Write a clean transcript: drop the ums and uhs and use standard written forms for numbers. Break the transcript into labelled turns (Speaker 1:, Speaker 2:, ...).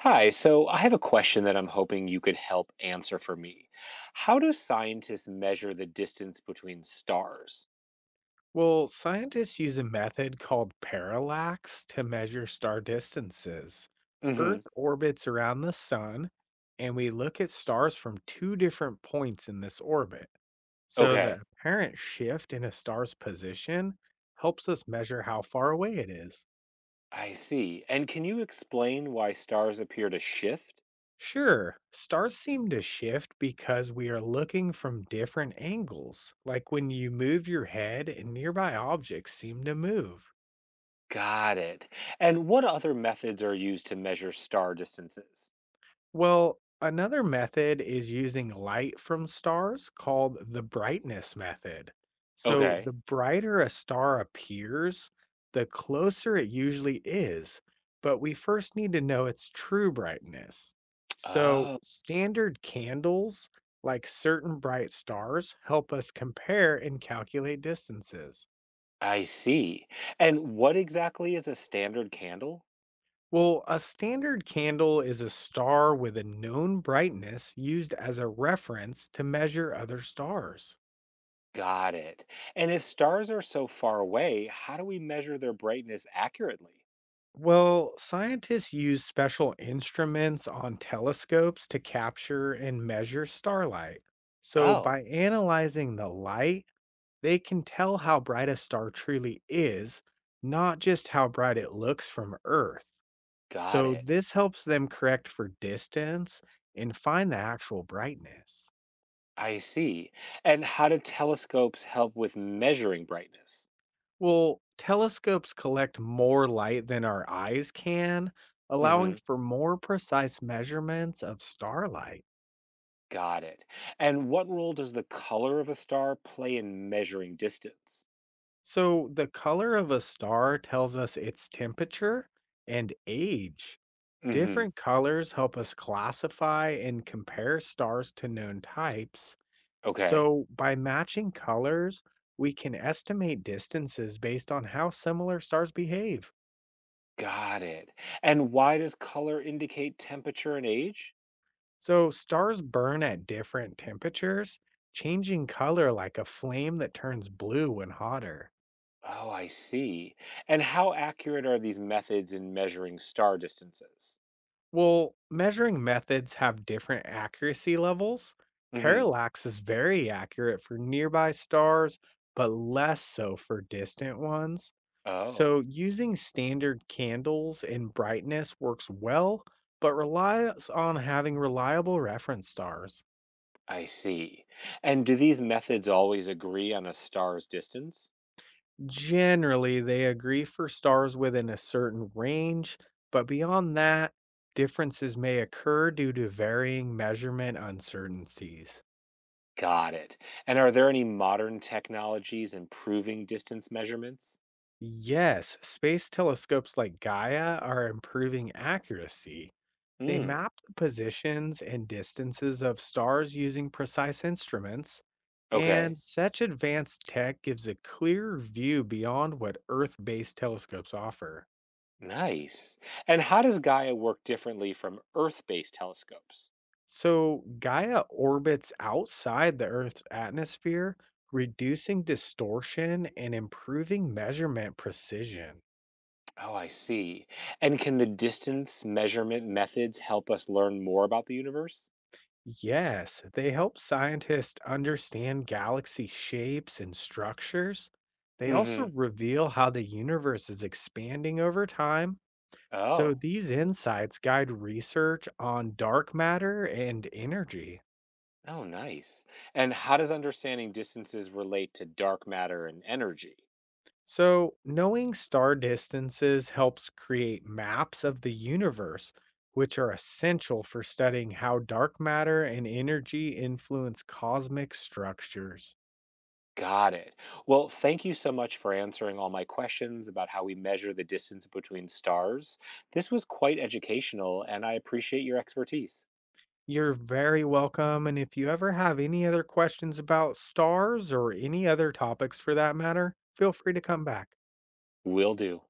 Speaker 1: Hi, so I have a question that I'm hoping you could help answer for me. How do scientists measure the distance between stars?
Speaker 2: Well, scientists use a method called parallax to measure star distances.
Speaker 1: Hmm.
Speaker 2: Earth orbits around the sun, and we look at stars from two different points in this orbit. So the
Speaker 1: Okay,
Speaker 2: apparent shift in a star's position helps us measure how far away it is.
Speaker 1: I see. And can you explain why stars appear to shift?
Speaker 2: Sure, stars seem to shift because we are looking from different angles, like when you move your head and nearby objects seem to move.
Speaker 1: Got it. And what other methods are used to measure star distances?
Speaker 2: Well, another method is using light from stars called the brightness method. So,
Speaker 1: Okay.
Speaker 2: the brighter a star appears, the closer it usually is, but we first need to know its true brightness. So,
Speaker 1: Oh,
Speaker 2: standard candles, like certain bright stars, help us compare and calculate distances.
Speaker 1: I see. And what exactly is a standard candle?
Speaker 2: Well, a standard candle is a star with a known brightness used as a reference to measure other stars.
Speaker 1: Got it. And if stars are so far away, how do we measure their brightness accurately?
Speaker 2: Well, scientists use special instruments on telescopes to capture and measure starlight. So,
Speaker 1: Oh.
Speaker 2: by analyzing the light, they can tell how bright a star truly is, not just how bright it looks from Earth.
Speaker 1: Got
Speaker 2: So,
Speaker 1: it.
Speaker 2: this helps them correct for distance and find the actual brightness.
Speaker 1: I see. And how do telescopes help with measuring brightness?
Speaker 2: Well, telescopes collect more light than our eyes can, allowing
Speaker 1: Hmm.
Speaker 2: for more precise measurements of starlight.
Speaker 1: Got it. And what role does the color of a star play in measuring distance?
Speaker 2: So, the color of a star tells us its temperature and age.
Speaker 1: Hmm.
Speaker 2: Different colors help us classify and compare stars to known types.
Speaker 1: Okay.
Speaker 2: So, by matching colors, we can estimate distances based on how similar stars behave.
Speaker 1: Got it. And why does color indicate temperature and age?
Speaker 2: So stars burn at different temperatures, changing color like a flame that turns blue when hotter.
Speaker 1: Oh, I see. And how accurate are these methods in measuring star distances?
Speaker 2: Well, measuring methods have different accuracy levels.
Speaker 1: Hmm.
Speaker 2: Parallax is very accurate for nearby stars, but less so for distant ones. So
Speaker 1: Oh,
Speaker 2: using standard candles and brightness works well, but relies on having reliable reference stars.
Speaker 1: I see. And do these methods always agree on a star's distance?
Speaker 2: Generally, they agree for stars within a certain range, but beyond that, differences may occur due to varying measurement uncertainties.
Speaker 1: Got it. And are there any modern technologies improving distance measurements?
Speaker 2: Yes, space telescopes like Gaia are improving accuracy. They
Speaker 1: Hmm.
Speaker 2: map the positions and distances of stars using precise instruments,
Speaker 1: Okay.
Speaker 2: and such advanced tech gives a clearer view beyond what Earth based telescopes offer.
Speaker 1: Nice. And how does Gaia work differently from Earth based telescopes?
Speaker 2: So Gaia orbits outside the Earth's atmosphere, reducing distortion and improving measurement precision.
Speaker 1: Oh, I see. And can the distance measurement methods help us learn more about the universe?
Speaker 2: Yes, they help scientists understand galaxy shapes and structures. They
Speaker 1: Mm
Speaker 2: also
Speaker 1: hmm.
Speaker 2: reveal how the universe is expanding over time. So
Speaker 1: Oh,
Speaker 2: these insights guide research on dark matter and energy.
Speaker 1: oh, nice. And how does understanding distances relate to dark matter and energy?
Speaker 2: So, knowing star distances helps create maps of the universe, which are essential for studying how dark matter and energy influence cosmic structures.
Speaker 1: Got it. Well, thank you so much for answering all my questions about how we measure the distance between stars. This was quite educational, and I appreciate your expertise.
Speaker 2: You're very welcome. And if you ever have any other questions about stars or any other topics for that matter, feel free to come back.
Speaker 1: Will do.